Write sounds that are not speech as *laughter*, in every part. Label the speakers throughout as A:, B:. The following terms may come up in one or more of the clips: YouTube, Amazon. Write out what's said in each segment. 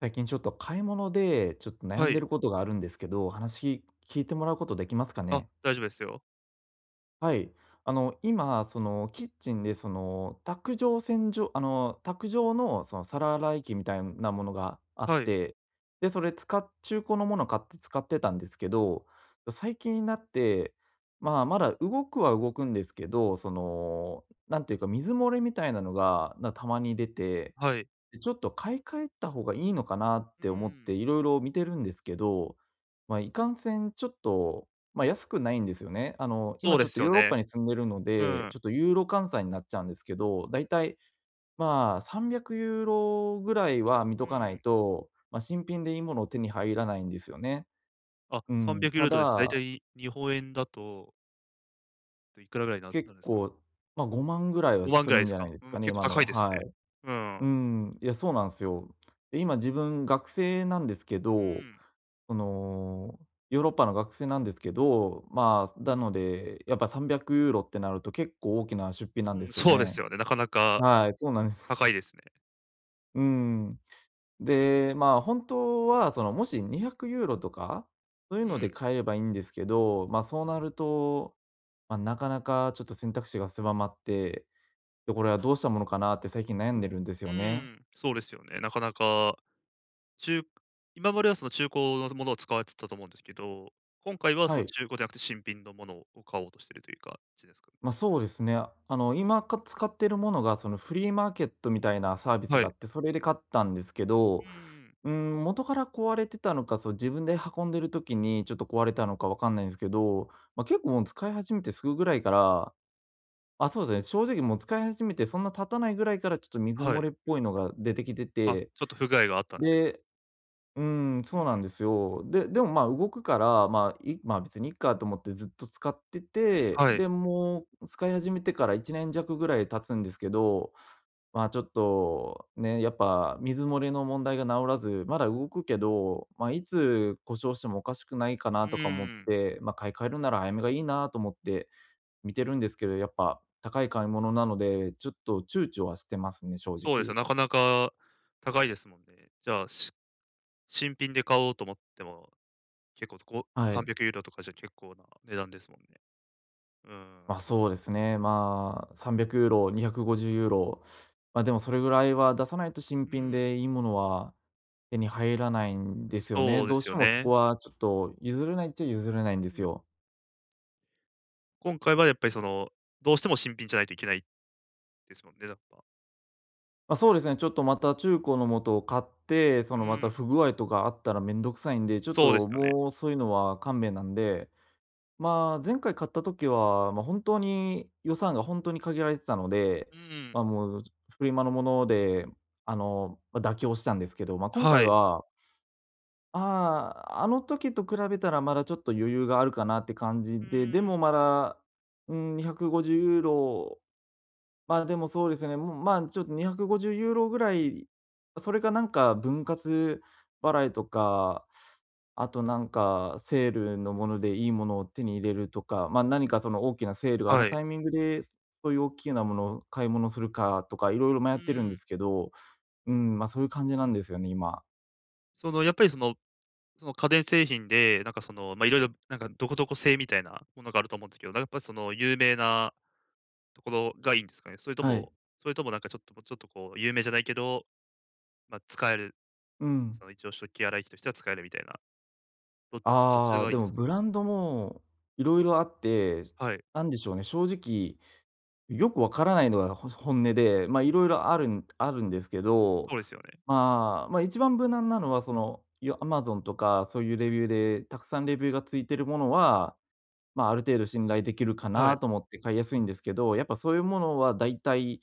A: 最近ちょっと買い物で、ちょっと悩
B: は
A: ん
B: い。
A: でることがあるんですけど、話聞いてもらうことできますか
B: あ、
A: ね？
B: 大丈夫ですよ。
A: はい。今、キッチンで、卓上洗浄卓上の、皿洗い機みたいなものがあ
B: は
A: っ
B: い。
A: て、で、それ使っ中古のもの買って使ってたんですけど、最近になって、まあ、まだ動くは動くんですけど、なんていうか、水漏れみたいなのが、なたまに出て
B: はい。
A: で、ちょっと買い替えた方がいいのかなっ
B: うー
A: て思って
B: ん。
A: いろいろ見てるんですけど、まあ、いかんせんちょっと、まあ、安くないんですよね。
B: そ
A: 今
B: う
A: ち
B: で
A: ょっ
B: す
A: と
B: よ
A: ヨーロッパ
B: ね。
A: に住んでるの
B: う
A: で、
B: ん。
A: ちょっとユーロ換算になっちゃうんですけど、だいたい、まあ、300ユーロぐらいは見
B: うー
A: とかない
B: ん。
A: と、まあ、新品でいいものを手に入らないんですよね。
B: あ、
A: うん、
B: 300ユー
A: た
B: ロとです。だいた
A: だ、
B: い日本円だと、いくらぐらいな
A: 結
B: なんですかね。
A: 構、まあ、5万ぐらいは
B: 5万
A: す
B: ぐら
A: る
B: いで
A: ん
B: す
A: じゃな
B: か？
A: いで
B: う
A: す
B: ん、
A: かね、
B: 結構
A: 今
B: 高
A: の
B: いですね。
A: はい。
B: うん。
A: うん、いや、そうなんですよ。で、今自分学生なんですけ
B: う
A: ど、
B: ーん。
A: その、ヨーロッパの学生なんですけど、まあ、なので、やっぱ300ユーロってなると結構大きな出費なんで
B: うん、
A: すよ
B: そうです
A: ね。
B: よね。なかなか
A: はい、そうなんで
B: 高
A: す。
B: いですね。
A: *laughs* うーん。で、まあ、本当はその、もし200ユーロとか、そうい
B: う
A: うので
B: ん、
A: 買えればいいんですけど、まあ、そうなると、まあ、なかなかちょっと選択肢が狭まって、で、これはどうしたものかなって最近悩んでるんです
B: う
A: よ
B: ー
A: ね。
B: ん。そうですよね。なかなか、ちゅ今まではその中古のものを使われてたと思うんですけど、今回はそ
A: は
B: の
A: い。
B: 中古じゃなくて新品のものを買おうとしてるという感じですかね。
A: まあ、そうですね。今か使ってるものが、フリーマーケットみたいなサービス
B: は
A: があ
B: い。
A: って、それで買ったんですけ
B: う
A: ど、
B: ーん。
A: うん、元から壊れてたのか、そう、自分で運んでる時にちょっと壊れたのかわかんないんですけど、まあ、結構もう使い始めてすぐぐらいから、あ、そうですね、正直もう使い始めてそんな経たないぐらいからちょっと水
B: は
A: 漏
B: い。
A: れっぽいのが出てきて
B: あ、
A: て、
B: ちょっと不具合があったんですね、じゃあ。
A: でうーん、
B: う
A: そうなん
B: ん。
A: ですよ。で、でも、まあ、動くから、まあ、いまあ、別にいっかと思ってずっと使ってて、
B: はい。
A: で、もう使い始めてから1年弱ぐらい経つんですけど、まあ、ちょっとね、やっぱ水漏れの問題が治らず、まだ動くけど、まあ、いつ故障してもおかしくないか
B: う
A: なとか思っ
B: ーん。
A: て、まあ、買い替えるなら早めがいいなと思って見てるんですけど、やっぱ高い買い物なので、ちょっと躊躇はしてますね、正
B: そうですよ、
A: 直。
B: なかなか高いですもんね。じゃあ、新品で買おうと思っても、結構こう
A: はい。
B: 300ユーロとかじゃ結構な値段ですもんね。うーん。
A: ま、そうですね。まあ、300ユーロ、250ユーロ、ま、でもそれぐらいは出さないと新
B: う
A: 品
B: ん。
A: でいいものは手に入らないんですよね。
B: そうで
A: どう
B: す
A: し
B: よ
A: てもそこ
B: ね。
A: はちょっと譲れないっちゃ譲れないんで
B: う
A: す
B: ん。
A: よ。
B: 今回はやっぱりその、どうしても新品じゃないといけないですもんね、やっぱ。
A: ま、そうですね、ちょっとまた中古のもとを買って、そ
B: う
A: のまた
B: ん。
A: 不具合とかあったらめんどくさいんで、ちょっ
B: そうです
A: と
B: よね。
A: もうそういうのは勘弁なんでまあ、前回買った時は、まあ、本当に予算が本当に限られてたので、
B: う
A: ま
B: ん。
A: あ、もうフリマのもので、ま、妥協したんですけど、まあ、今
B: は
A: 回
B: い。
A: は、ああ、あの時と比べたらまだちょっと余裕があるかなって感じ
B: う
A: で、で
B: ーん。
A: もまだ、うーん、250ユーロま、あでもそうですね、もう、ま、ちょっと250ユーロぐらい、それかなんか分割払いとか、あとなんかセールのものでいいものを手に入れるとか、ま、あ何かその大きなセールがある
B: はい。
A: タイミングで、そういう大きなものを買い物するかとか、いろいろ迷
B: う
A: ってるんで
B: ん。
A: すけど、うん、ま、そういう感じなんですよね、今。
B: そのやっぱりその家電製品で、なんかその、まあ、いろいろなんかどこどこ製みたいなものがあると思うんですけど、なんかやっぱりその有名なところがいいんですかね？それと
A: はい。
B: もなんかちょっともうちょっとこう有名じゃないけど、まあ、使える、
A: うん。
B: その一応食器洗い機としては使えるみたいな、どちら
A: ああ、
B: がいい
A: で
B: んで
A: も
B: すか？
A: ブランドもいろいろあって、
B: はい。う
A: なんでしょうね、正直よくわからないのがほ本音で、まあ、いろい
B: ん、
A: ろあるんあるんですけど、
B: そうですよね。
A: まあ、まあ、一番無難なのは、よ Amazon とかそういうレビューでたくさんレビューがついてるものは、まあ、ある程度信頼できるか
B: は
A: な
B: い。
A: と思って買いやすいんですけど、やっぱそういうものはだいたい、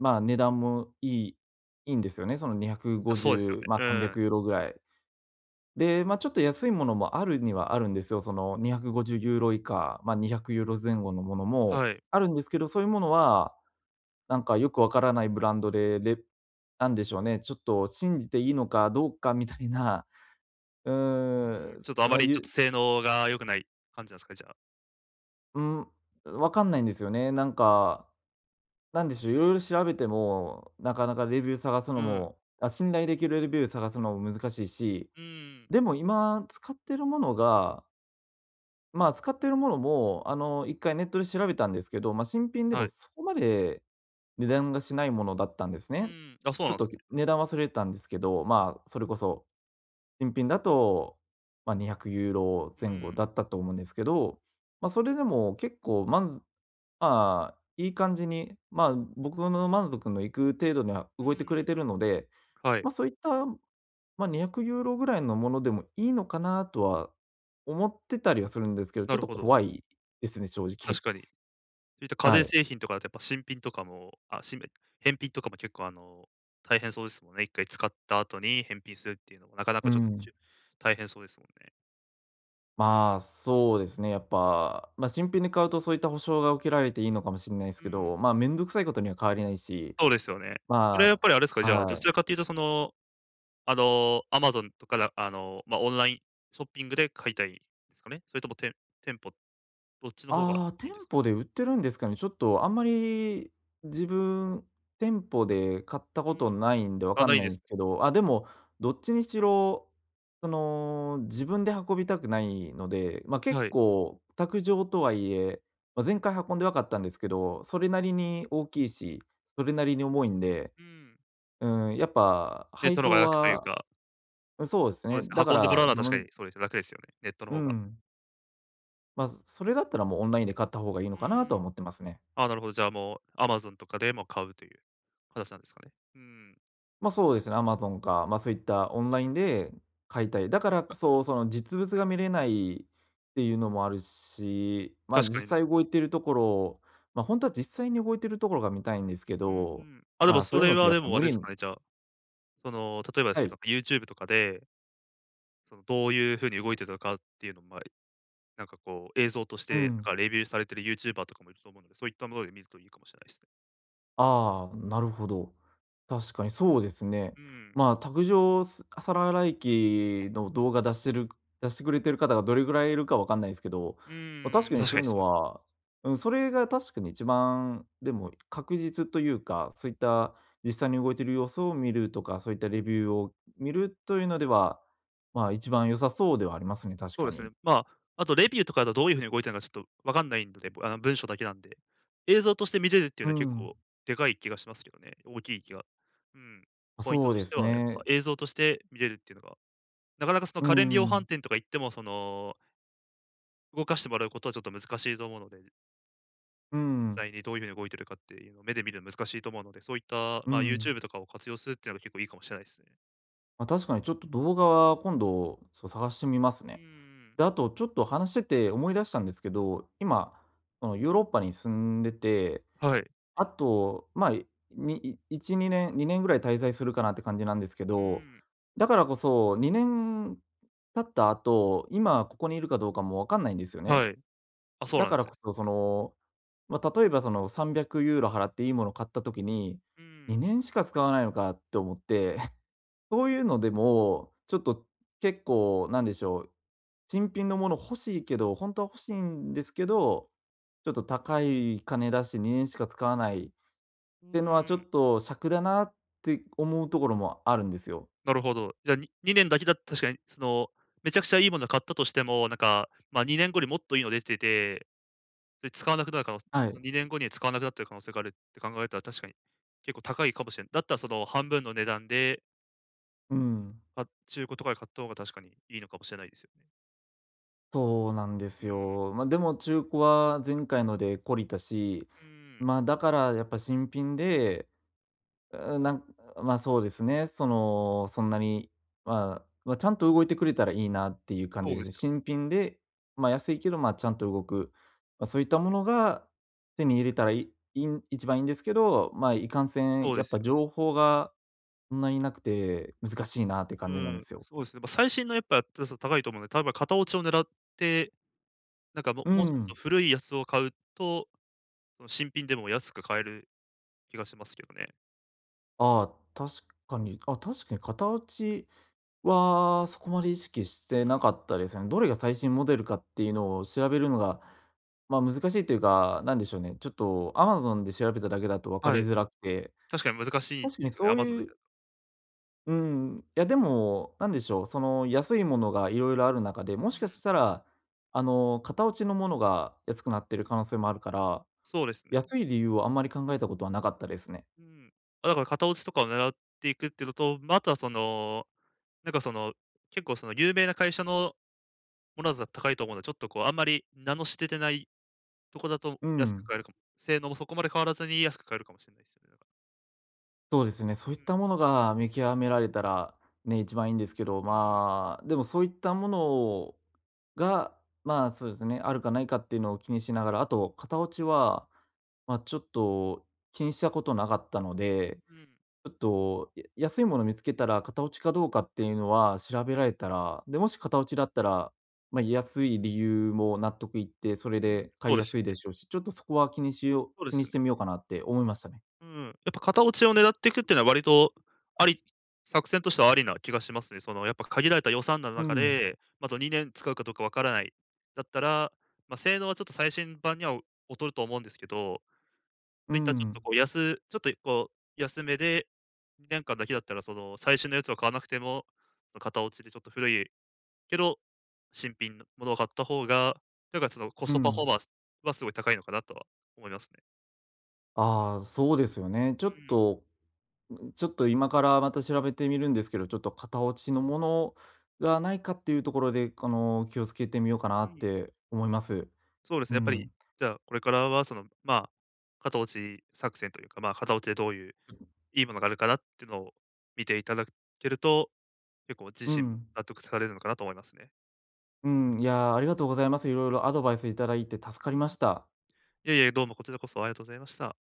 A: まあ、値段もいいんですよね。その
B: あ、そうですよ
A: 250、
B: ね。
A: まあ、
B: うん。
A: 300ユーロぐらい。で、まあ、ちょっと安いものもあるにはあるんですよ。その250ユーロ以下、まあ、200ユーロ前後のものも
B: はい。
A: あるんですけど、そういうものはなんかよくわからないブランドで、レなんでしょうね、ちょっと信じていいのかどうかみたいな、う
B: うん、
A: ーん、
B: ちょっ
A: す
B: とあま
A: ま、
B: りちょっ
A: ゆ
B: と性能が良くない感じなんですかね、じゃあ。
A: うん、わかんないんですよね。なんか、なんでしょう、いろいろ調べても、なかなかレビュー探すの
B: うん。
A: も、あ、信頼できるレビュー探すのも難しいし、
B: うん。
A: でも今使ってるものが、まあ、使ってるものも、1回ネットで調べたんですけど、ま、新品で
B: は
A: も
B: い。
A: そこまで値段がしないものだったんです
B: う
A: ね。
B: ん。あ、そう
A: ちょ
B: な
A: っ
B: んで
A: と、
B: すね。
A: 値段忘れてたんですけど、まあ、それこそ新品だと、まあ、200ユーロ
B: う
A: 前後
B: ん。
A: だったと思うんですけど、まあ、それでも結構満足まあ、いい感じに、まあ、僕の満足のいく程度には
B: う
A: 動いてくれ
B: ん。
A: てるので、
B: は
A: ま
B: い、
A: あ、そういった、まあ、200ユーロぐらいのものでもいいのかなとは思ってたりはするんですけど、
B: な
A: ちょっ
B: る
A: と
B: ほど。
A: 怖いですね、正
B: 確
A: 直。
B: かに。そういった
A: *laughs*
B: 家
A: は
B: 電
A: い。
B: 製品とかだとやっぱ新品とかも、あ、返品とかも結構あの、大変そうですもんね。一回使った後に返品するっていうのもなかな
A: う
B: かちょっと
A: ん。
B: 大変そうですもんね。うん。
A: まあ、そうですね、やっぱ、まあ、新品で買うとそういった保証が受けられていいのかもしれないです
B: う
A: け
B: ん、
A: ど、まあ、面倒くさいことには変わりないし
B: そうですよね。それはやっ
A: ま
B: ぱりあれですか、
A: あ、
B: じゃあ、
A: は
B: どち
A: い。
B: らかというとその、Amazon とかだ、オンラインショッピングで買いたいですかね？それとも店舗、どっちの方が
A: ああ、
B: いい
A: 店
B: んですかね？
A: 舗で売ってるんですかね。ちょっとあんまり自分、店舗で買った
B: う
A: こと
B: ん。
A: ないんでわ
B: あ、
A: か
B: な
A: ん
B: い
A: ない
B: で
A: んで
B: す
A: すけど、あ、でも、どっちにしろ、自分で運びたくないので、ま、
B: ね。
A: 結
B: はい。
A: 構卓上とはいえ、まあ、前回運んでわかったんですけど、それなりに大きいし、それなりに重いんで、
B: うん。
A: うん、やっぱ
B: ネッ
A: 配
B: トの方
A: 送
B: が楽という
A: は
B: か、
A: うん、そうです
B: そうで
A: ね。
B: すね、
A: だか
B: 運んでもらう
A: ら、
B: のは
A: ど
B: 確
A: の
B: か
A: み
B: にそうです、楽ですよね、ネットの
A: う
B: 方が。
A: ん。まあ、それだったらもうオンラインで買った方がいい
B: う
A: のかなと
B: ん。
A: は思ってますね。
B: あ、なるほど。じゃあ、もうアマゾンとかでも買うという形なんですかね。うん、
A: ま、そうですね、Amazon か、ま、そういったオンラインで買いたい。だからこそ、その実物が見れないっていうのもあるし、ま、
B: 確
A: 実
B: かに。
A: 際動いてるところを、ま、あ本とは実際に動いてるところが見たいんですけ
B: う
A: ど、
B: ん。あ、でも
A: ま、
B: そ
A: そういう
B: れ
A: のって
B: は
A: やっ
B: で
A: ぱ
B: もあ
A: 無
B: れで
A: 理
B: す
A: に
B: かね、じゃあ、その、例えばです
A: は
B: けど、
A: い、
B: YouTube とかで、その、どういう風に動いてたかっていうのを、まあ、なんかこう映像とし
A: う
B: て、
A: ん。
B: なんかレビューされてるユーチューバーとかもいると思うので、そういったもので見るといいかもしれないですね。
A: ああ、なるほど。確かにそうですね。
B: うん。
A: まあ、卓上す皿洗い機の動画出してる出してくれてる方がどれぐらいいるかわかんないですけど、
B: う
A: ま、確
B: ん。
A: かに
B: 確
A: そ
B: か
A: うい
B: に
A: う
B: そ
A: の
B: うですね。
A: は、うん、それが確かに一番、でも確実というか、そういった実際に動いてる様子を見るとか、そういったレビューを見るというのでは、まあ、一番良さそうではありますね、確
B: そう
A: か
B: ですね。
A: に。
B: まあ、あとレビューとかだとどういう風に動いてるのかちょっとわかんないので、ぼあの、文章だけなんで、映像として見れるっていう
A: う
B: のは結
A: ん、
B: 構でかい気がしますけどね、大きい気が。うん。ポイント
A: そう
B: と
A: で
B: して
A: す
B: はやっぱ
A: ね。
B: 映像として見れるっていうのが、なかなかその
A: う
B: 家電量販
A: ん、
B: 店とか行っても、その、動かしてもらうことはちょっと難しいと思うので、
A: うん、
B: 実際にどういう風に動いてるかっていうのを目で見るの難しいと思うので、そういった、
A: う
B: まあ、
A: ん。
B: YouTube とかを活用するっていうのが結構いいかもしれないですね。
A: まあ、確かにちょっと動画は今度、そう、探してみます
B: う
A: ね。
B: ん。
A: で、あとちょっと話してて思い出したんですけど、今、そのヨーロッパに住んでて、
B: はい。
A: あと、まあ、いにい1、2年、2年ぐらい滞在するかなって感じなんですけ
B: う
A: ど、
B: ん。
A: だからこそ、2年経った後、今ここにいるかどうかもわかんないんですよね。
B: はい。あ、そう
A: だ
B: なん
A: か
B: で
A: ら
B: すね。
A: こそ、その、まあ、例えばその300ユーロ払っていいもの買った時に、
B: うん。
A: 2年しか使わないのかって思って、そういうのでも、ちょっと結構なんでしょう、新品のもの欲しいけど、本当は欲しいんですけど、ちょっと高い金出して2年しか使わないっ
B: う
A: てのはちょ
B: ん。
A: っと尺だなって思うところもあるんですよ。
B: なるほど。じゃあ、2年だけだと確かに、その、めちゃくちゃいいものを買ったとしても、なんか、ま、2年後にもっといいの出てて、それ使わなくなる
A: は
B: その
A: い。
B: 2年後に使わなくなってる可能性があるって考えたら確かに結構高いかもしれない。だったらその半分の値段で、
A: うん、
B: あ、中古とかで買った方が確かにいいのかもしれないですよね。
A: そうなんで
B: う
A: す
B: ん、
A: よ。まあ、でも中古は前回ので懲りたし、
B: うん。
A: ま、だからやっぱ新品で、うん、まあ、そうですね。その、そんなに、まあ、まあ、ちゃんと動いてくれたらいいなっていう感
B: そ
A: じ
B: う
A: で
B: で
A: す
B: す
A: ね。
B: よ。
A: 新品で、まあ、安いけど、まあ、ちゃんと動く、まあ、そういったものが手に入れたらいいいいん一番いいんですけど、まあ、いかんせん
B: そう
A: や
B: で
A: っ
B: す
A: ぱ
B: よ。
A: 情報がそんなになくて難しいなって
B: う
A: 感じなんで
B: ん、
A: すよ。
B: そうですね。まあ、最新のやっぱ、り高いと思うので、例えば型落ちを狙って、なんかも
A: う
B: うもうちょっと
A: ん。
B: 古いやつを買うと、その新品でも安く買える気がしますけどね。
A: ああ、確かに。あ、確かに片落ちは、そこまで意識し
B: う
A: てな
B: ん。
A: かったですね。どれが最新モデルかっていうのを調べるのが、ま、難しいというか、なんでしょうね、ちょっと Amazon で調べただけだと分か
B: は
A: り
B: い。
A: づらくて、
B: 確かに難しい
A: 確か
B: で
A: に
B: すよね、
A: そう
B: Amazon だ
A: い
B: け
A: う
B: だと。
A: うん、いやでも、なんでしょう、その安いものがいろいろある中で、も
B: う
A: しか
B: ん。
A: したら、あの、型落ちのものが安くなってる可能性もあるから、
B: そうですね。
A: 安い理由をあんまり考えたことはなかったですね。
B: うん。あ、だから型落ちとかを狙っていくっていうのと、まあ、あとはその、なんかその、結構その有名な会社のものだと高いと思うので、ちょっとこうあんまり名の知れてないとこだと
A: う
B: 安く
A: ん。
B: 買えるかも。性能もそこまで変わらずに安く買えるかもしれないですよね、だから。
A: そうですね、そうい
B: う
A: っ
B: ん。
A: たものが見極められたら、ね、一番いいんですけど、
B: うん。
A: まあ、でもそういったものが、まあ、そうですね、あるかないかっていうのを気にしながら、あと型落ちは、まあ、ちょっと気にしたことなかったの
B: う
A: で、
B: ん。
A: ちょっと安いもの見つけたら型落ちかどうかっていうのは調べられたら、で、もし型落ちだったら、まあ、安い理由も納得いって、それ
B: うん。
A: で買
B: そう
A: い
B: で
A: や
B: す
A: す
B: よ
A: いで
B: ね。
A: しょうし、ちょっとそこは
B: そうで
A: 気に
B: す
A: し
B: ね。
A: てみようかなって思いましたね。
B: うん、やっぱ片落ちを狙っていくっていうのは割と、あり作戦としてはありな気がしますね。そのやっぱ限られた予算の
A: う
B: 中
A: ん、
B: で、ま、2年使うかどうかわからない、だったら、まあ、性能はちょっと最新版には劣ると思うんですけど、そ
A: う
B: ういった
A: ん。
B: ちょっとこう安めで、2年間だけだったらその最新のやつを買わなくても、片落ちでちょっと古いけど、新品のものを買った方が、なんかそのコ
A: う
B: ストパフォ
A: ん。
B: ーマンスはすごい高いのかなとは思いますね。
A: ああ、そうですよね。ち
B: う
A: ょっ
B: ん、
A: とちょっと今からまた調べてみるんですけど、ちょっと型落ちのものがないかっていうところで、あの、気をつけてみようかな
B: う
A: っ
B: ん。
A: て思います。
B: そうです
A: う
B: ね、やっぱり、
A: ん。
B: じゃあ、これからはその、まあ、片落ち作戦というか、まあ、片落ちでどういういいものがあるかなっていうのを見ていただけると、結構自
A: う
B: 身も
A: ん。
B: 納得されるのかなと思いますね。
A: うん、いやー、ありがとうございます。いろいろアドバイスいただいて助か
B: う
A: りまし
B: ん。
A: た。
B: いえいえ、どうもこちらこそありがとうございました。